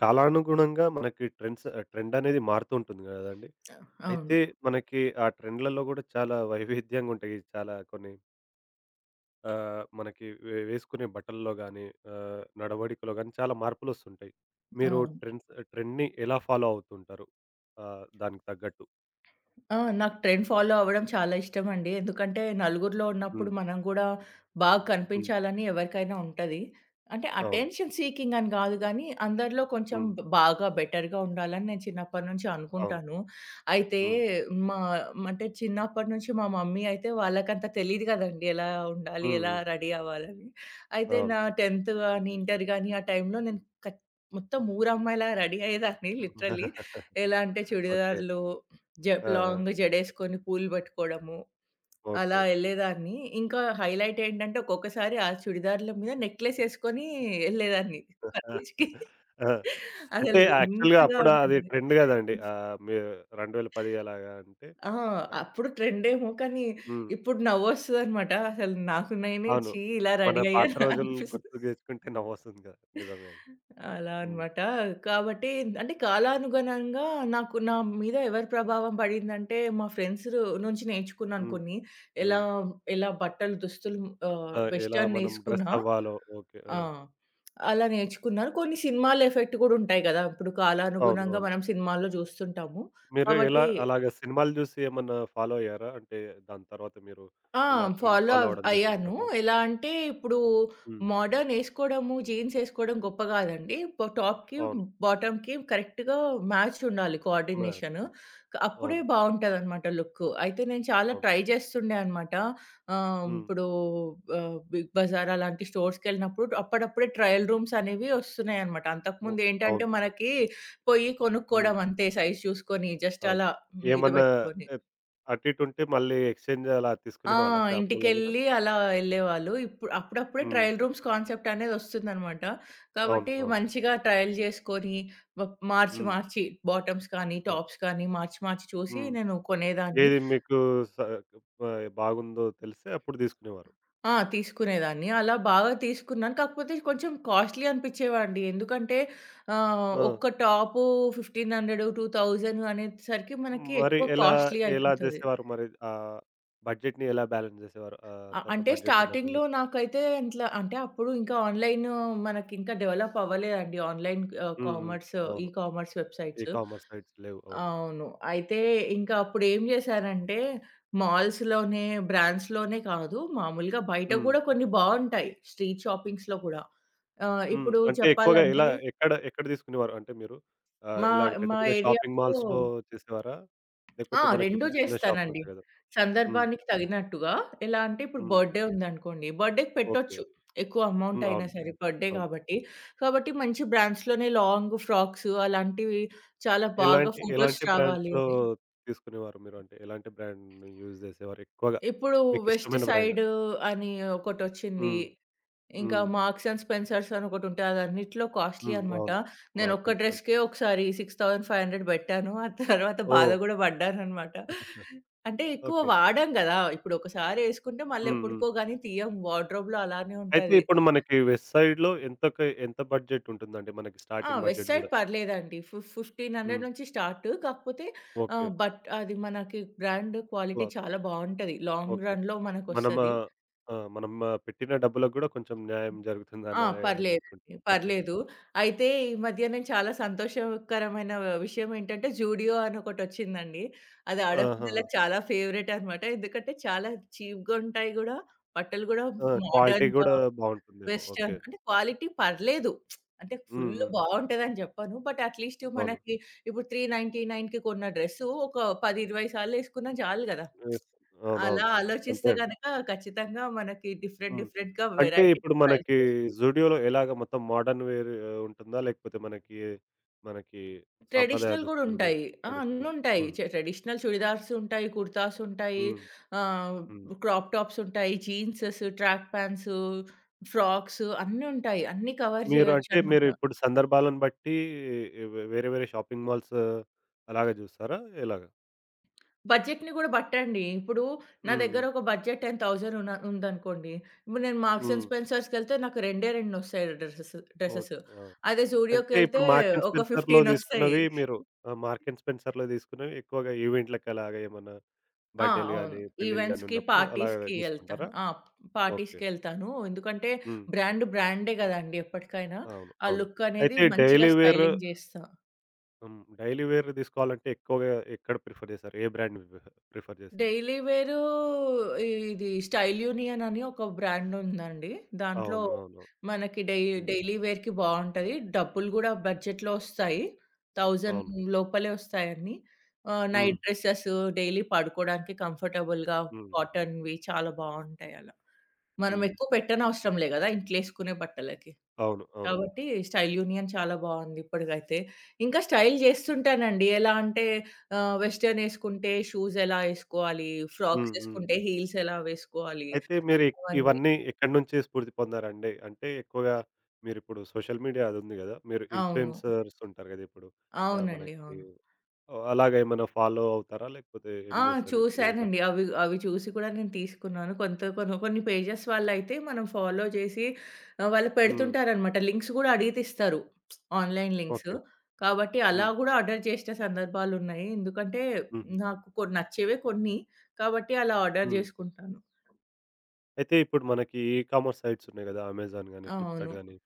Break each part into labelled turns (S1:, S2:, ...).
S1: కాలానుగుణంగా మనకి ట్రెండ్ అనేది మారుతూ ఉంటుంది గదండీ.
S2: అవును.
S1: అయితే మనకి ఆ ట్రెండ్‌లలో గూడా చాలా వైవిధ్యంగా ఉంటాయి. చాలా కొన్ని మనకి వేసుకునే బట్టల్లో గానీ, నడవడికలో గానీ చాలా మార్పులొస్తుంటాయి. మీరు
S2: అవును.
S1: ట్రెండ్‌ని ఎలా ఫాలో అవుతుంటారు? దానికి తగ్గట్టు.
S2: ఆ! నాకు ట్రెండ్ ఫాలో అవ్వడం చాలా ఇష్టమండి. ఎందుకంటే నలుగురిలో
S1: హ్మ్.
S2: ఉన్నప్పుడు మనం గూడా బాగా
S1: హ్మ్.
S2: కనిపించాలని ఎవరికైనా ఉంటది. అంటే
S1: అవును.
S2: అటెన్షన్ సీకింగ్ అని గాదు గానీ, అందరిలో కొంచెం
S1: హ్మ్.
S2: బాగా బెటర్‌గా ఉండాలని నేను చిన్నప్పటి నుంచి
S1: అవును.
S2: అనుకుంటాను. అయితే
S1: హ్మ్.
S2: మా అంటే చిన్నప్పటి నుంచి మా మమ్మీ అయితే వాళ్ళకంత తెలీదు గదండీ ఎలా ఉండాలి?
S1: హ్మ్.
S2: ఎలా
S1: హ్మ్.
S2: రెడీ అవ్వాలని? అయితే
S1: అవును.
S2: నా 10థ్ గాని, ఇంటర్ గాని ఆ టైంలో నేను కచ్ మొత్తం ఊరమ్మాయిలా రెడీ అయ్యేదాన్ని లిటరల్లీ. ఎలా అంటే
S1: ఓకే.
S2: చుడిదార్లు
S1: ఆ! ఆ!
S2: లాంగ్ జడేసుకొని పూలు పట్టుకోవడము, అలా
S1: ఓకే.
S2: ఎళ్ళేదాన్ని. ఇంకా హైలైట్ ఏంటంటే, ఒక్కొక్కసారి ఆ చుడిదార్ల మీద నెక్లెస్ ఏసుకొని ఎళ్ళేదాన్ని
S1: ఆ!
S2: కాలేజ్‌కి.
S1: ఆ! అంటే
S2: అసలు
S1: యాక్చువల్‌గా
S2: వింతగా
S1: అప్పుడు అది
S2: ఉంటుంది.
S1: ట్రెండ్ గదండీ. మీ 2010 అలాగా అంటే
S2: ఆ!
S1: ఆ!
S2: అప్పుడు ట్రెండేమో కానీ,
S1: హ్మ్.
S2: ఇప్పుడు నవ్వొస్తదనమాట. అసలు నాకు నేనే
S1: అవును.
S2: ఛీ! ఇలా
S1: మన
S2: రెడీ
S1: పాత
S2: అయ్యానా
S1: రోజులు
S2: అనిపిస్తది.
S1: గుర్తుకు తెచ్చుకుంటే నవ్వొస్తుంది గదా! నిజమే అది.
S2: అలా
S1: హ్మ్.
S2: అన్నమాట. కాబట్టి అంటే కాలానుగుణంగా నాకు నా మీద ఎవరి ప్రభావం పడిందంటే, మా ఫ్రెండ్స్ నుంచి నేర్చుకున్నాను
S1: హ్మ్.
S2: కొన్ని. ఎలా,
S1: హ్మ్.
S2: ఎలా బట్టలు, దుస్తులు
S1: ఆ! ఎలా
S2: వెస్టర్న్
S1: మనం డ్రెస్
S2: ఏసుకున్నా
S1: అవ్వాలో ఓకే. ఆ!
S2: ఆ! అలా నేర్చుకున్నాను. కొన్ని సినిమాల ఎఫెక్ట్ కూడా ఉంటాయి గదా! ఇప్పుడు
S1: అవును.
S2: కాలానుగుణంగా
S1: అవును.
S2: మనం సినిమాల్లో జూస్తుంటాము.
S1: మీరు ఎలా
S2: కాబట్టి
S1: అలాగా సినిమాలు జూసి ఏమన్నా ఫాలో అయ్యారా? అంటే దాని తర్వాత మీరు
S2: ఆ!
S1: ఇలా ట్రెండ్
S2: ఫాలో
S1: ఫాలో
S2: అవ్
S1: అవ్వడం జేసిన
S2: అయ్యాను.
S1: తర్వాత?
S2: ఎలా అంటే ఇప్పుడు
S1: హ్మ్.
S2: మోడర్న్ ఏసుకోవడము, జీన్స్ ఏసుకోవడం గొప్ప కాదండి. టాప్‌కి,
S1: అవును.
S2: బాటమ్‌కి కరెక్ట్‌గా మ్యాచ్ ఉండాలి కోఆర్డినేషన్.
S1: మ్యాచింగ్
S2: అప్పుడే
S1: అవును.
S2: బావుంటదనమాట లుక్. అయితే నేను చాలా
S1: అవును.
S2: ట్రై చేస్తుండే అనమాట.
S1: హ్మ్.
S2: ఇప్పుడు బిగ్ బజార్ అలాంటి స్టోర్స్‌కెళ్ళినప్పుడు అప్పుడప్పుడే ట్రయల్ రూమ్స్ అనేవి వస్తున్నాయన్నమాట.
S1: ఓహ్!
S2: అంతకుముందు ఏంటంటే
S1: అవును.
S2: మనకి పోయి
S1: హ్మ్.
S2: కొనుక్కోవడం అంతే సైజ్ చూసుకొని జస్ట్
S1: అవును.
S2: అలా మీద
S1: ఏమన్నా
S2: పెట్టుకొని.
S1: ఎత్ అటు ఇటు ఉంటే మళ్ళీ ఎక్స్‌చేంజ్ అలా
S2: ఆ!
S1: తీసుకునేవాళ్ళా షాపులలో గూడా?
S2: ఇంటికెళ్ళి అలా ఎళ్ళేవాళ్ళు. ఇప్పుడు అప్పుడప్పుడే
S1: హ్మ్.
S2: ట్రయల్ రూమ్స్ కాన్సెప్ట్ అనేదొస్తుందనమాట.
S1: అవును.
S2: కాబట్టి
S1: అవును.
S2: మంచిగా ట్రయల్ చేసుకొని వ మార్చి,
S1: హ్మ్.
S2: మార్చి బాటమ్స్ కానీ,
S1: అవును.
S2: టాప్స్ కానీ మార్చి, మార్చి చూసి
S1: హ్మ్.
S2: నేను కొనేదాన్ని.
S1: ఏది మీకు స బా బాగుందో తెలిస్తే అప్పుడు తీసుకునేవారు.
S2: ఆ! తీసుకునేదాన్ని. అలా బాగా తీసుకున్నాను. కాకపోతే కొంచెం కాస్ట్‌లీ అనిపిచ్చేవండి. ఎందుకంటే
S1: ఆ!
S2: ఒక్క టాపు 1500, 2000 అనేసరికి మనకి
S1: మరి
S2: ఎక్కువ
S1: ఎలా,
S2: కాస్ట్‌లీ
S1: ఎలా
S2: అయిపోతది.
S1: జేసేవారు మరి? బడ్జెట్‌ని ఎలా బ్యాలెన్స్ జేసేవారు? అంతంత
S2: అంటే
S1: బడ్జెట్ ఉన్నప్పుడు
S2: స్టార్టింగ్‌లో
S1: మీరు?
S2: నాకైతే ఇంట్ల అంటే అప్పుడు ఇంకా ఆన్‌లైన్ మనకింకా డెవలప్ అవ్వలేదండి. ఆన్‌లైన్
S1: హ్మ్. హ్మ్.
S2: కామర్స్, ఈ
S1: అవును.
S2: కామర్స్
S1: ఈ
S2: వెబ్‌సైట్స్.
S1: కామర్స్ సైట్స్ లేవు. అవును.
S2: అవును. అయితే ఇంకా అప్పుడేం చేశానంటే మాల్స్‌లోనే, బ్రాండ్స్‌లోనే కాదు మామూలుగా బయట
S1: హ్మ్.
S2: కూడా కొన్ని బావుంటాయి. స్ట్రీట్ షాపింగ్స్‌లో కూడా.
S1: హ్మ్.
S2: ఇప్పుడు
S1: అంటే ఎక్కువగా ఇలా
S2: చెప్పాలంటే
S1: ఎక్కడ, ఎక్కడ తీసుకునేవారు? అంటే మీరు
S2: మా
S1: ఇలాగ పెద్ద
S2: మా
S1: పెద్ద షాపింగ్
S2: ఏరియాలో
S1: మాల్స్‌లో చేసేవారా?
S2: ఆ!
S1: లేకపోతే
S2: 2
S1: మనకిప్పుడు చిన్న షాప్స్
S2: చేస్తానండి.
S1: ఉంటాయి గదా! హ్మ్.
S2: సందర్భానికి తగినట్టుగా. ఎలా అంటే ఇప్పుడు
S1: హ్మ్.
S2: బర్త్‌డే ఉందనుకోండి, బర్త్‌డేకి
S1: ఓకే.
S2: పెట్టొచ్చు. ఎక్కువ అమౌంట్
S1: హ్మ్.
S2: అయినా
S1: అవును.
S2: సరే బర్త్‌డే
S1: అవును.
S2: కాబట్టి. కాబట్టి మంచి బ్రాండ్స్‌లోనే లాంగ్ ఫ్రాక్స్ అలాంటివి చాలా బాగా
S1: ఎలాంటి,
S2: ఫోటోస్
S1: ఎలాంటి
S2: రావాలి
S1: బ్రాండ్స్‌లో
S2: అని.
S1: తీసుకునేవారు మీరు? అంటే ఎలాంటి బ్రాండ్‌ని యూజ్ చేసేవారు ఎక్కువగా?
S2: ఇప్పుడు వెస్ట్
S1: మీకిష్టమైన బ్రాండ్?
S2: సైడ్ అని ఒకటొచ్చింది.
S1: హ్మ్.
S2: ఇంకా
S1: హ్మ్.
S2: 'మార్క్స్ అండ్ స్పెన్సర్స్' అని ఒకటుంటాయి. అదన్నిట్లో కాస్ట్‌లీ
S1: హ్మ్.
S2: అన్నమాట.
S1: అవును. మార్క్
S2: నేనొక్క
S1: అండ్
S2: డ్రెస్‌కే
S1: స్పెన్సర్స్.
S2: ఒకసారి 6,500 బెట్టాను. ఆ తర్వాత బాధ
S1: ఓహ్!
S2: గూడా పడ్డానన్నమాట. అంటే ఎక్కువ
S1: ఓకే.
S2: వాడం గదా! ఇప్పుడు ఒకసారి యేసుకుంటే మళ్ళీ
S1: హ్మ్. హ్మ్.
S2: ఎప్పుడుకో గానీ తీయం. వార్డ్‌రోబ్‌లో అలానే
S1: అయితే
S2: ఉంటది.
S1: ఇప్పుడు మనకి వెస్ట్ సైడ్‌లో ఎంతకి ఎంత బడ్జెట్ ఉంటుందండి? మనకి
S2: ఆ!
S1: స్టార్టింగ్
S2: వెస్ట్
S1: బడ్జెట్
S2: సైడ్
S1: గూడా?
S2: పర్లేదండి. 1500
S1: హ్మ్.
S2: నుంచి స్టార్ట్. కాకపోతే
S1: ఓకే.
S2: బట్ అది మనకి బ్రాండ్ క్వాలిటీ
S1: క్లాత్.
S2: చాలా బావుంటది. Long
S1: okay.
S2: రన్‌లో
S1: మనం
S2: మనకొస్తది.
S1: ఆహ్, ఆ! మనం ఆ, పెట్టిన డబ్బులకు గూడా కొంచెం న్యాయం
S2: ఆ!
S1: జరుగుతుందనే
S2: పర్లేదండి.
S1: అనుకుంటా. ఓకే.
S2: పర్లేదు. అయితే ఈ మధ్య నేను చాలా సంతోషకరమైన విషయం ఏంటంటే, జూడియో అని ఒకటొచ్చిందండి. అది
S1: ఆహా!
S2: ఆడపిల్లలకి చాలా ఫేవరెట్ అనమాట. ఎందుకంటే చాలా చీప్‌గా ఉంటాయి గూడా. బట్టలు గూడా
S1: ఆ! క్వాలిటీ
S2: మోడర్న్‌గా,
S1: గూడా బావుంటుందేమో.
S2: Western
S1: okay.
S2: అంటే క్వాలిటీ పర్లేదు. అంటే
S1: హ్మ్.
S2: ఫుల్
S1: హ్మ్.
S2: బావుంటదని జెప్పను. బట్ అట్‌లీస్ట్
S1: అవును.
S2: మనకి ఇప్పుడు 399కి కొన్న డ్రెస్సు ఒక 10, 20 సార్లేసుకున్నా చాలు గదా!
S1: ఎస్
S2: అలా
S1: అవునవును. అంతే
S2: ఆలోచిస్తే
S1: అండి.
S2: గనక ఖచ్చితంగా మనకి డిఫరెంట్
S1: హ్మ్.
S2: డిఫరెంట్‌గా
S1: అంటే
S2: వెరైటీ
S1: ఇప్పుడు
S2: ప్రైస్
S1: మనకి జూడియోలో ఎలాగ మొత్తం మోడర్న్ వేర్ ఉంటుందా? లేకపోతే మనకి సాంప్రదాయ
S2: ట్రెడిషనల్ గూడా
S1: దుస్తులు గూడా
S2: ఉంటాయి. ఆ!
S1: ట్రెడిషనల్?
S2: అన్నుంటాయి.
S1: హ్మ్.
S2: ట్రెడిషనల్ చుడిదార్స్ ఉంటాయి, కుర్తాస్ ఉంటాయి,
S1: హ్మ్.
S2: ఆహ్,
S1: హ్మ్.
S2: క్రాప్ టాప్స్ ఉంటాయి, జీన్సెస్, ట్రాక్ ప్యాంట్స్, ఫ్రాక్స్ అన్నీ ఉంటాయి. అన్నీ కవర్
S1: మీరు అంటే
S2: జేయొచ్చనమాట.
S1: మీరు ఇప్పుడు సందర్భాలను బట్టి వేరే వేరే షాపింగ్ మాల్స్ అలాగ జూస్తారా? ఎలాగా?
S2: బడ్జెట్‌ని గూడా బట్టండి. ఇప్పుడు నా
S1: హ్మ్. హ్మ్.
S2: దగ్గర ఒక బడ్జెట్ 10,000 ఉన్న ఉందనుకోండి. ఇప్పుడు నేను మార్క్స్ అండ్
S1: హ్మ్.
S2: స్పెన్సర్స్‌కెళ్తే నాకు రెండే రెండొస్తాయి డ్రెసెస్
S1: ఓకే.
S2: డ్రెసెస్.
S1: ఆ!
S2: అదే
S1: అంటే
S2: జూడియోకెళ్తే
S1: ఇప్పుడు మార్క్ అండ్
S2: ఒక
S1: స్పెన్సర్‌లో
S2: 15 ఒస్తాయి.
S1: తీసుకున్నవి మీరు మార్క్ అండ్ స్పెన్సర్‌లో తీసుకున్నవి ఎక్కువగా ఈవెంట్‌లకి అలాగా ఏమన్నా
S2: ఆ!
S1: బర్త్‌డేలు
S2: అవును.
S1: గాని, పెళ్ళిళ్ళు గాని
S2: ఈవెంట్స్‌కి,
S1: ఉన్నప్పుడు అలాగా
S2: పార్టీస్‌కి
S1: తీసుకుంటారా?
S2: ఎళ్తాను. ఆ!
S1: ఓకే.
S2: పార్టీస్‌కెళ్తాను. ఎందుకంటే
S1: హ్మ్.
S2: బ్రాండ్ బ్రాండే గదండీ ఎప్పటికైనా.
S1: అవును.
S2: ఆ
S1: అవును.
S2: లుక్ అనేది
S1: అయితే
S2: మంచిగా
S1: డైలీ వేర్
S2: స్టైలింగ్ జేస్తా.
S1: హ్మ్. డైలీ వేర్ తీసుకోవాలంటే ఎక్కువగా ఎక్కడ ప్రిఫర్ చేశారు? ఏ బ్రాండ్ ప్రిఫర్ చేశారు?
S2: డైలీ వేరు ఇది స్టైల్ యూనియన్ అని ఒక బ్రాండ్ ఉందండి. దాంట్లో
S1: అవును. అవును.
S2: మనకి
S1: హ్మ్.
S2: డైలీ వేర్‌కి బావుంటది. డబ్బులు గూడా బడ్జెట్‌లో వస్తాయి.
S1: అవును.
S2: 1000 లోపలే వస్తాయన్నీ.
S1: హ్మ్.
S2: నైట్ డ్రెసెస్ డైలీ పడుకోవడానికి కంఫర్టబుల్‌గా
S1: హ్మ్.
S2: కాటన్‌వి చాలా బావుంటాయి అలా. మనం
S1: హ్మ్.
S2: ఎక్కువ పెట్టనవసరం లే గదా! ఇంట్లేసుకునే బట్టలకి.
S1: అవును. అవును.
S2: కాబట్టి స్టైల్ యూనియన్ చాలా బావుంది ఇప్పటికైతే. ఇంకా స్టైల్ జేస్తుంటానండి. ఎలా అంటే వెస్టర్న్ యేసుకుంటే షూస్ ఎలా యేసుకోవాలి,
S1: హ్మ్.
S2: ఫ్రాక్స్
S1: హ్మ్.
S2: యేసుకుంటే హీల్స్ ఎలా వేసుకోవాలి
S1: అయితే మీరు
S2: అవన్నీ.
S1: ఇవన్నీ ఎక్కడి నుంచి స్ఫూర్తి పొందారండి? అంటే ఎక్కువగా మీరిప్పుడు సోషల్ మీడియా అది ఉంది గదా! మీరు
S2: అవును.
S1: ఇన్‌ఫ్లుయెన్సర్స్ ఉంటారు గదా! ఇప్పుడు
S2: అవునండి.
S1: మనకి
S2: అవును.
S1: అలాగా ఏమైనా ఫాలో అవుతారా? లేకపోతే ఏం
S2: ఆ!
S1: జేస్తారు ఇప్పుడు ఉన్న
S2: చూసానండి.
S1: కాలం.
S2: అవి అవి చూసి కూడా నేను తీసుకున్నాను. కొంత కొన్ని కొన్ని పేజెస్ వాళ్ళైతే మనం ఫాలో చేసి వాళ్ళు
S1: హ్మ్.
S2: పెడుతుంటారనమాట. లింక్స్ కూడా అడిగి తీస్తారు. Online links.
S1: ఓకే.
S2: కాబట్టి అలా
S1: హ్మ్.
S2: గూడా ఆర్డర్ చేసిన సందర్భాలున్నాయి. ఎందుకంటే
S1: హుహు.
S2: నాకు కొన్ని నచ్చేవే కొన్ని. కాబట్టి అలా ఆర్డర్
S1: హ్మ్.
S2: జేసుకుంటాను.
S1: అయితే ఇప్పుడు మనకి ఈ కామర్స్ సైట్స్ ఉన్నాయి గదా! అమెజాన్ గాని,
S2: అవును.
S1: ఫ్లిప్‌కార్ట్ గాని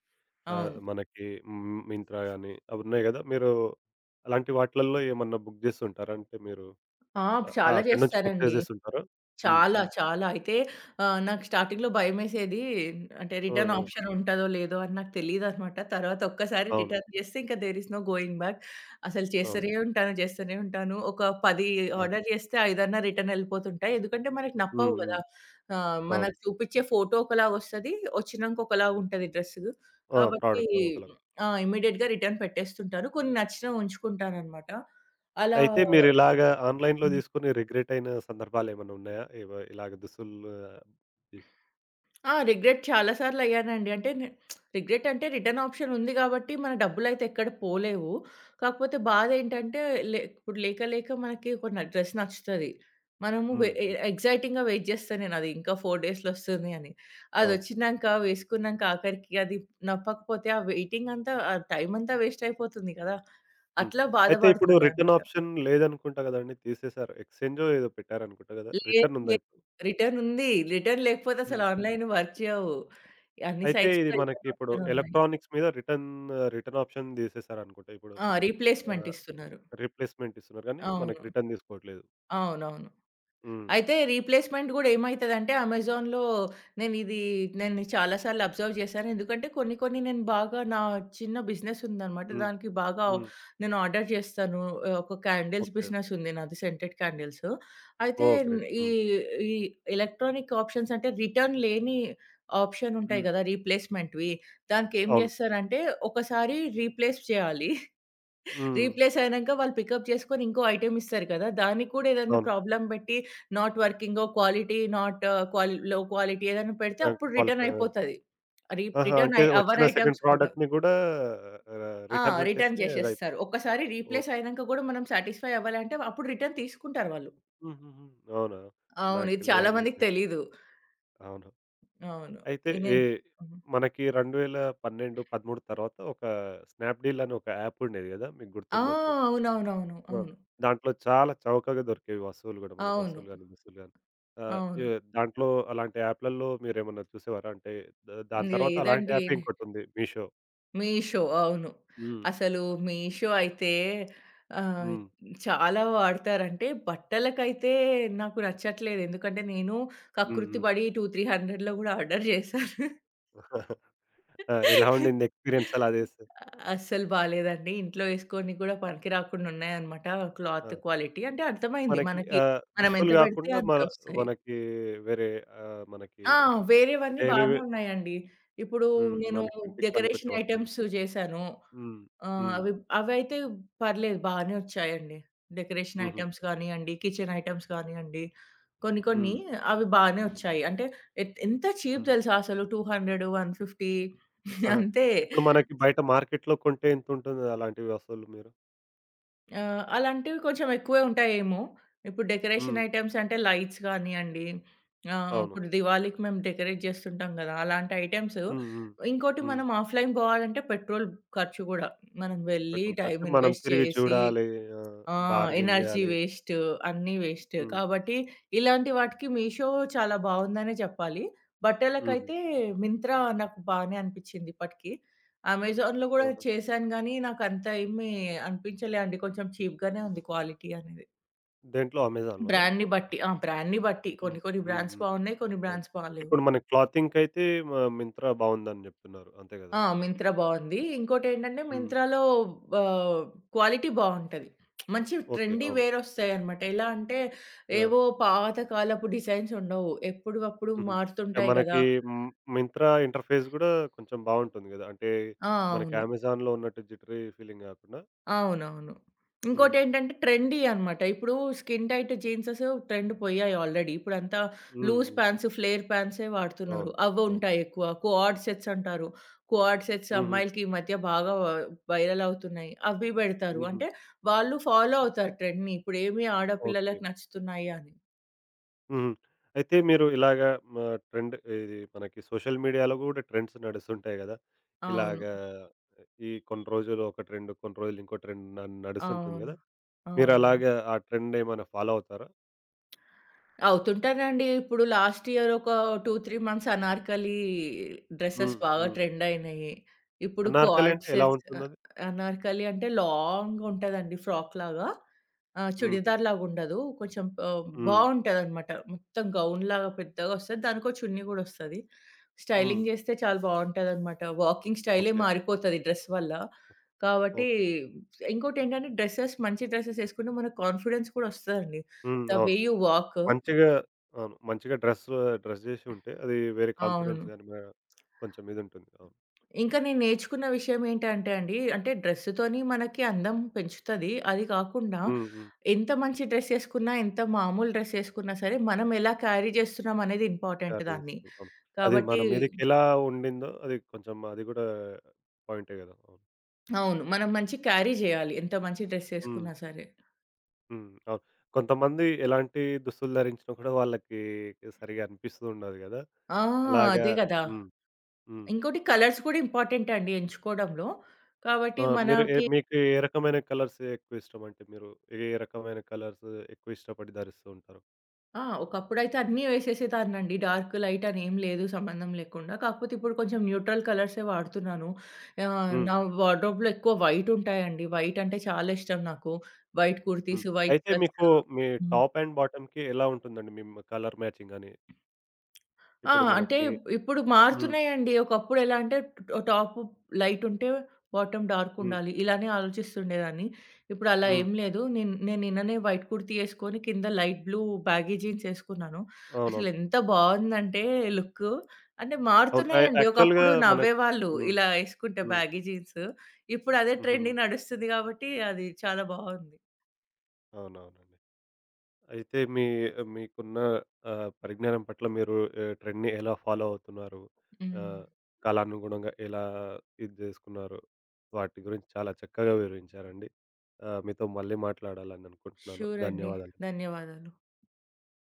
S2: అవును.
S1: మనకి మింత్రా గాని అవి ఉన్నాయి గదా! మీరు అలాంటి వాటిలల్లో ఏమన్నా బుక్ జేస్తుంటారా? అంటే మీరు
S2: ఆ! చాలా
S1: అక్కడి నుంచి పర్చేస్
S2: చేస్తారండి.
S1: జేస్తుంటారా? హ్మ్.
S2: చాలా. చాలా. అయితే నాకు స్టార్టింగ్‌లో భయమేసేది. అంటే
S1: హ్మ్.
S2: రిటర్న్
S1: హ్మ్.
S2: ఆప్షన్ ఉంటదో, లేదో అని నాకు తెలీదనమాట. తర్వాత ఒక్కసారి
S1: అవును.
S2: రిటర్న్ చేస్తే ఇంక there is no going back. అసలు
S1: అవును.
S2: చేస్తూనే ఉంటాను. చేస్తూనే ఉంటాను. ఒక 10
S1: ఆ!
S2: ఆర్డర్ చేస్తే ఐదన్నా రిటర్న్ ఎళ్ళిపోతుంటాయి. ఎందుకంటే మనకు
S1: హ్మ్.
S2: నప్పవు
S1: హ్మ్.
S2: కదా!
S1: అవును.
S2: మనకు చూపిచ్చే ఫోటో ఒకలాగొస్తది. వచ్చినంక ఒకలాగుంటది డ్రెస్సు.
S1: ఆ!
S2: కాబట్టి
S1: ప్రోడక్ట్ ఒకలాగా.
S2: ఆ! ఇమ్మీడియేట్‌గా రిటర్న్ పెట్టేస్తుంటాను. కొన్ని నచ్చినవి ఉంచుకుంటాననమాట. అలా
S1: అయితే మీరిలాగా ఆన్‌లైన్‌లో
S2: హ్మ్.
S1: తీసుకొని రిగ్రెట్ అయిన సందర్భాలేమన్నా ఉన్నాయా? ఇలాగ దుస్తులు తీసి.
S2: ఆ! రిగ్రెట్ చాలా సార్లయ్యానండి. అంటే రిగ్రెట్ అంటే రిటర్న్ ఆప్షన్ ఉంది గాబట్టి, మన డబ్బులైతే ఎక్కడ పోలేవు. కాకపోతే బాధేంటంటే, లేక మనకి ఒక డ్రెస్ నచ్చుతది. మనము వె
S1: హ్మ్.
S2: ఎ
S1: హ్మ్.
S2: ఎక్సైటింగ్‌గా వెయిట్ జేస్తా నేనది. ఇంకా 4 డేస్‌లో వస్తుంది అని.
S1: అవును.
S2: అదొచ్చినంక, వేసుకున్నంక ఆఖరికి అది నప్పకపోతే, ఆ వెయిటింగ్ అంతా, ఆ టైమ్ అంతా వేస్ట్ అయిపోతుంది కదా!
S1: హ్మ్.
S2: అట్లా
S1: అయితే ఇప్పుడు
S2: బాధపడుతుండే
S1: రిటర్న్
S2: అనమాట.
S1: ఆప్షన్ లేదనుకుంటా గదండీ! తీసేశారు. ఎక్స్‌చేంజో ఏదో పెట్టారనుకుంటా గదా!
S2: లేదు,
S1: రిటర్న్ ఉందా
S2: లేదు.
S1: ఇప్పుడు?
S2: రిటర్న్ ఉంది. రిటర్న్ లేకపోతే అసలు
S1: హ్మ్.
S2: ఆన్‌లైన్ వర్క్ చేయవు. అన్ని
S1: అయితే ఇది
S2: సైట్స్‌లో
S1: మనకి
S2: రిటర్న్
S1: ఇప్పుడు
S2: ఆప్షన్ ఉన్నాయి.
S1: ఎలక్ట్రానిక్స్ మీద రిటర్న్ రిటర్న్ ఆప్షన్ తీసేశారనుకుంటా ఇప్పుడు.
S2: ఆ! రీప్లేస్‌మెంట్
S1: ఆహ్,
S2: ఇస్తున్నారు.
S1: రీప్లేస్‌మెంట్ ఇస్తున్నారు గానీ, మనకి
S2: అవును.
S1: రిటర్న్ తీసుకోవట్లేదు.
S2: అవునవును.
S1: హ్మ్.
S2: అయితే రీప్లేస్‌మెంట్ గూడా ఏమైతదంటే అమెజాన్‌లో నేనిది నేను చాలా సార్లు అబ్జర్వ్ చేశాను. ఎందుకంటే కొన్ని కొన్ని నేను బాగా నా చిన్న బిజినెస్ ఉందనమాట.
S1: హ్మ్.
S2: దానికి బాగా
S1: హ్మ్.
S2: నేను ఆర్డర్ చేస్తాను. ఒక క్యాండిల్స్
S1: ఓకే.
S2: బిజినెస్ ఉంది నాది సెంటెడ్ క్యాండిల్స్. అయితే
S1: ఓహ్! గ్రేట్.
S2: ఈ
S1: హ్మ్.
S2: ఈ ఎలక్ట్రానిక్ ఆప్షన్స్ అంటే రిటర్న్ లేని ఆప్షన్ ఉంటాయి
S1: హ్మ్.
S2: గదా! రీప్లేస్‌మెంట్‌వి. దానికేం
S1: అవును.
S2: జేస్తారంటే ఒకసారి రీప్లేస్ చేయాలి.
S1: హ్మ్.
S2: రీప్లేస్ అయినంక వాళ్ళు పికప్ చేసుకొని ఇంకో ఐటెమ్ ఇస్తారు కదా! దానికి కూడా ఏదన్నా
S1: అవును.
S2: ప్రాబ్లమ్ పెట్టి నాట్ వర్కింగో, క్వాలిటీ నాట్ క్వాల్ లో క్వాలిటీ ఏదైనా పెడితే
S1: ఆ!
S2: అప్పుడు రిటర్న్
S1: క్వాలిఫైడ్. ఆ!
S2: అయిపోతది.
S1: ఆహా!
S2: రిటర్న్
S1: అంటే
S2: అవ్వని
S1: వచ్చిన సెకండ్
S2: ఐటెమ్స్ కూడా.
S1: ప్రోడక్ట్‌ని గూడా
S2: ఆ!
S1: రిటర్న్
S2: రిటర్న్
S1: పెట్టేస్తే అదయిపోతుంది.
S2: చేసేస్తారు. ఒక్కసారి రీప్లేస్
S1: ఓకే.
S2: అయినంక కూడా మనం సాటిస్ఫై అవ్వాలంటే అప్పుడు రిటర్న్ తీసుకుంటారు వాళ్ళు.
S1: హుహుహు. అవునా?
S2: అవును.
S1: నాకు
S2: ఇది చాలా
S1: తెలియదండి
S2: మందికి
S1: ఇది.
S2: తెలీదు.
S1: అవును.
S2: అవును.
S1: అయితే
S2: ఇనే హ్మ్.
S1: మనకి 2012, 13 తర్వాత ఒక స్నాప్‌డీల్ అని ఒక యాప్ ఉండేది గదా! మీకు
S2: ఆ!
S1: గుర్తుండొచ్చు.
S2: అవునవునవును.
S1: ఆ!
S2: అవును.
S1: దాంట్లో చాలా చౌకగా దొరికేవి వస్తువులు గూడా మనకి
S2: అవును.
S1: వస్తువులు గాని, దుస్తులు గాని. ఆహ్, ఎ
S2: అవును.
S1: దాంట్లో అలాంటి యాప్‌లలో మీరేమన్నా చూసేవారా? అంటే దాని తర్వాత అలాంటి
S2: లేదండి.
S1: యాపే ఇంకోటుంది మీషో.
S2: మీషో. అవును.
S1: హ్మ్.
S2: అసలు మీషో అయితే ఆహ్,
S1: హ్మ్.
S2: చాలా వాడతారంటే బట్టలకైతే నాకు నచ్చట్లేదు. ఎందుకంటే నేను
S1: హ్మ్.
S2: కకృతి
S1: హ్మ్.
S2: పడి 2, 300లో గూడా ఆర్డర్ చేశాను.
S1: ఆ! ఎలా ఉండింది ఎక్స్‌పీరియన్స్ అలా చేస్తే?
S2: అస్సలు బాలేదండి. ఇంట్లో ఏసుకోనికి గూడా పనికి రాకుండా ఉన్నాయన్నమాట క్లాత్
S1: ఆ!
S2: క్వాలిటీ. అంటే అర్థమైంది
S1: మనకి
S2: మనకి మనం
S1: దుస్తులు
S2: ఎంత పెడితే
S1: కాకుండా
S2: అంత
S1: మన
S2: ఒస్తాయి.
S1: మనకి వేరే మనకి
S2: ఆ! వేరేవన్నీ
S1: డైలీ వే
S2: బానే ఉన్నాయండి. ఇప్పుడు
S1: హ్మ్.
S2: నేను
S1: మనకి ఇంటికి పనికొచ్చే
S2: డెకరేషన్
S1: వస్తువులు.
S2: ఐటెమ్స్ చేశాను.
S1: హ్మ్. హ్మ్.
S2: అవి అవైతే పర్లేదు బానే వచ్చాయండి. డెకరేషన్
S1: హుహు.
S2: ఐటెమ్స్ గానియండి, కిచెన్ ఐటెమ్స్ గానియండి, కొన్ని కొన్ని
S1: హ్మ్.
S2: అవి బానే వచ్చాయి. అంటే ఎంత చీప్
S1: హ్మ్.
S2: తెలుసా అసలు 200, 150
S1: ఆహా!
S2: అంతే.
S1: ఇప్పుడు మనకి బయట మార్కెట్‌లో కొంటే ఎంతుంటుంది అలాంటి వస్తువులు మీరు?
S2: ఆ! అలాంటివి కొంచెం ఎక్కువే ఉంటాయేమో. ఇప్పుడు డెకరేషన్
S1: హ్మ్.
S2: ఐటెమ్స్ అంటే లైట్స్ గానియండి,
S1: అవును.
S2: ఇప్పుడు దివాళీకి మేము డెకరేట్ చేస్తుంటాం గదా! అలాంటి ఐటెమ్స్.
S1: హ్మ్. హ్మ్.
S2: ఇంకోటి
S1: హ్మ్.
S2: మనం ఆఫ్‌లైన్ పోవాలంటే పెట్రోల్ ఖర్చు గూడా. మనం వెళ్లి
S1: పెట్రోల్ ఖర్చు
S2: టైమ్
S1: మనం
S2: ఇన్వెస్ట్
S1: తిరిగి
S2: చేసి
S1: చూడాలి. ఆ!
S2: ఆ!
S1: బార్గెయిన్
S2: ఎనర్జీ
S1: చేయాలి.
S2: వేస్ట్. అన్నీ వేస్ట్.
S1: హ్మ్.
S2: కాబట్టి ఇలాంటి వాటికి మీషో చాలా బావుందనే చెప్పాలి.
S1: హుహు.
S2: బట్టలకైతే మింత్రా నాకు బానే అనిపిచ్చింది ఇప్పటికి. అమెజాన్‌లో గూడా
S1: ఆహా!
S2: చేశాను గానీ, నాకంత ఏమి అనిపించలే అండి. కొంచెం చీప్‌గానే ఉంది క్వాలిటీ అనేది.
S1: దేంట్లో అమెజాన్‌లోనా?
S2: బ్రాండ్‌ని బట్టి. ఆ! బ్రాండ్‌ని బట్టి.
S1: హ్మ్.
S2: కొన్ని కొన్ని
S1: హ్మ్.
S2: బ్రాండ్స్
S1: హ్మ్.
S2: బావున్నాయి. కొన్ని
S1: అవును.
S2: బ్రాండ్స్ బాలేవు.
S1: ఇప్పుడు మన క్లాతింగ్‌కైతే మ మింత్రా బావుందని జెప్తున్నారు. అంతే గదా!
S2: ఆ! 'మింత్రా' బావుంది. ఇంకోటేంటంటే
S1: హ్మ్.
S2: 'మింత్రాలో' ఆహ్, క్వాలిటీ బావుంటది. మంచి
S1: ఓకే.
S2: ట్రెండీ
S1: అవును.
S2: వేరొస్తాయన్నమాట. ఎలా అంటే
S1: యాహ్!
S2: ఏవో పాతకాలపు డిజైన్స్ ఉండవు. ఎప్పుడు అప్పుడు
S1: హుహు. యాహ్!
S2: మారుతుంటాయి గదా!
S1: మనకి మింత్రా ఇంటర్‌ఫేస్ గూడా కొంచెం బావుంటుంది గదా! అంటే
S2: ఆ!
S1: మనకి
S2: అవును.
S1: అమెజాన్‌లో ఉన్నట్టు జిటరీ ఫీలింగ్ గాకుండా.
S2: అవునవును.
S1: హ్మ్.
S2: ఇంకోటేంటంటే ట్రెండీ అనమాట. ఇప్పుడు స్కిన్ టైట్ జీన్సెస్ ట్రెండ్ పోయాయి ఆల్రెడీ. ఇప్పుడంతా
S1: హ్మ్.
S2: లూజ్
S1: హ్మ్.
S2: ప్యాంట్స్, ఫ్లేర్ ప్యాంట్సే
S1: అవును.
S2: వాడుతున్నారు.
S1: అవును.
S2: అవ్వుంటాయి ఎక్కువ. కోఆర్డ్ సెట్స్ అంటారు. కోఆర్డ్ సెట్స్
S1: హుహు.
S2: అమ్మాయిలకి ఈ మధ్య బాగా వైరల్ అవుతున్నాయి. అవి బెడతారు.
S1: హుహు.
S2: అంటే వాళ్ళు ఫాలో అవుతారు ట్రెండ్‌ని. ఇప్పుడేమి
S1: ఓకే.
S2: ఆడపిల్లలకి నచ్చుతున్నాయి అని.
S1: హుహు. అయితే మీరు ఇలాగా మ ట్రెండ్ ఇది మనకి సోషల్ మీడియాలో గూడా ట్రెండ్స్ నడుస్తుంటాయి గదా!
S2: అవును.
S1: ఇలాగా ఈ కొన్ని రోజులు ఒక ట్రెండ్, కొన్ని రోజులు ఇంకో ట్రెండ్ నడుస్తుంటుంది
S2: అవును.
S1: గదా!
S2: అవునవును.
S1: మీరలాగా ఆ ట్రెండ్ ఏమైనా ఫాలో అవుతారా?
S2: అవుతుంటానండి. ఇప్పుడు లాస్ట్ ఇయర్ ఒక 2, 3 మంత్స్ అనార్కలి డ్రెసెస్
S1: హ్మ్.
S2: బాగా
S1: హ్మ్.
S2: ట్రెండ్ అయినయి. ఇప్పుడు
S1: అనార్కలి అంటే ఎలా
S2: కార్డ్సెస్
S1: ఉంటుందది?
S2: అనార్కలి అంటే లాంగ్ ఉంటదండి ఫ్రాక్‌లాగా.
S1: హుహు.
S2: చుడిదార్‌లాగా ఉండదు. కొంచెం
S1: హ్మ్.
S2: బావుంటదనమాట. మొత్తం గౌన్‌లాగా పెద్దగా వస్తది. దానికో చున్నీ గూడా వస్తది.
S1: హ్మ్.
S2: స్టైలింగ్ జేస్తే చాలా బావుంటదనమాట. వాకింగ్ స్టైలే
S1: ఓకే.
S2: మారిపోతది డ్రెస్ వల్ల. కాబట్టి
S1: ఓకే.
S2: ఇంకోటేంటంటే డ్రెసెస్ మంచి డ్రెసెస్ యేసుకుంటే మనకు కాన్ఫిడెన్స్ కూడా వస్తదండి.
S1: హ్మ్.
S2: ద వే
S1: అవును.
S2: యూ వాక్
S1: మంచిగా అవును. మంచిగా డ్రెస్ డ్రెస్ జేసి ఉంటే అది వేరే
S2: అవును.
S1: కాన్ఫిడెన్స్ గాని మ కొంచెం ఇదుంటుంది. అవును.
S2: ఇంకా నేను నేర్చుకున్న విషయం ఏంటంటే అండి, అంటే డ్రెస్‌తోని మనకి అందం పెంచుతది. అది కాకుండా
S1: హ్మ్. హ్మ్.
S2: ఎంత మంచి డ్రెస్ ఏసుకున్నా, ఎంత మామూలు డ్రెస్ ఏసుకున్నా సరే, మనం ఎలా క్యారీ చేస్తున్నాం అనేది ఇంపార్టెంట్
S1: క్యారీ
S2: దాన్ని.
S1: జేస్తుంది. అవును. అది మన
S2: కాబట్టి
S1: మీదకెలా ఉండిందో అది కొంచెం అది గూడా పాయింటే గదా! అవును.
S2: అవును. మనం మంచి క్యారీ చేయాలి. ఎంత మంచి డ్రెస్
S1: హ్మ్.
S2: ఏసుకున్నా సరే.
S1: హ్మ్. అవును. కొంతమంది ఎలాంటి దుస్తులు ధరించినా కూడా వాళ్ళకి సరిగా అనిపిస్తూ ఉండదు గదా!
S2: ఆ!
S1: అలాగా.
S2: అదే కదా!
S1: హ్మ్. హ్మ్.
S2: ఇంకోటి కలర్స్ కూడా ఇంపార్టెంట్ అండి ఎంచుకోవడంలో. కాబట్టి
S1: ఆ! మీరు
S2: మనకి
S1: మీకు ఏ రకమైన కలర్స్ ఎక్కువిష్టం? అంటే మీరు ఏ ఏ రకమైన కలర్స్ ఎక్కువ ఇష్టపడి ధరిస్తూ ఉంటారు?
S2: ఆ! ఒకప్పుడైతే అన్నీ వేసేసేదాన్నండి. డార్క్, లైట్ అని ఏం లేదు సంబంధం లేకుండా. కాకపోతే ఇప్పుడు కొంచెం న్యూట్రల్ కలర్సే వాడుతున్నాను.
S1: హ్మ్.
S2: నా వార్డ్‌రోబ్‌లో ఎక్కువ వైట్ ఉంటాయండి. వైట్ అంటే చాలా ఇష్టం నాకు. వైట్
S1: హ్మ్.
S2: కుర్తీస్, వైట్
S1: అయితే
S2: షర్ట్స్.
S1: మీ
S2: హ్మ్.
S1: టాప్ అండ్ బాటమ్‌కి ఎలా ఉంటుందండి మీ కలర్ మ్యాచింగ్ అని?
S2: ఆ!
S1: ఇప్పుడు
S2: అంటే
S1: మనకి.
S2: ఇప్పుడు
S1: హ్మ్.
S2: మారుతున్నాయండి. ఒకప్పుడు ఎలా అంటే టాప్ లైట్ ఉంటే బాటమ్ డార్క్
S1: హ్మ్.
S2: ఉండాలి. ఇలానే ఆలోచిస్తుండేదాన్ని. ఇప్పుడు అలా
S1: హ్మ్.
S2: ఏం లేదు. నేను నేను నిన్ననే వైట్ కుర్తీ ఏసుకొని కింద లైట్ బ్లూ బ్యాగీ జీన్స్ ఏసుకున్నాను. అసలు
S1: అవునవును.
S2: ఎంత బావుందంటే లుక్కు. అంటే
S1: అవును.
S2: మారుతున్నాయండి.
S1: యాక్చువల్‌గా
S2: ఒకప్పుడు
S1: మనకి.
S2: నవ్వేవాళ్ళు
S1: హ్మ్.
S2: ఇలా ఏసుకుంటే
S1: హ్మ్.
S2: Baggy jeans. ఇప్పుడు అదే
S1: హుహుహు.
S2: ట్రెండింగ్ నడుస్తుంది కాబట్టి అది చాలా బావుంది.
S1: అవునవునండి. అయితే మీకున్న పరిజ్ఞానం పట్ల మీరు ట్రెండ్‌ని ఎలా ఫాలో అవుతున్నారు?
S2: హ్మ్.
S1: ఆహ్, కాలానుగుణంగా ఎలా ఇది జేసుకున్నారు? వాటి గురించి చాలా చక్కగా వివరించారండి. మీతో మళ్ళీ మాట్లాడాలని అనుకుంటున్నాను.
S2: షూర్ అండి.
S1: ధన్యవాదాలు.
S2: ధన్యవాదాలు.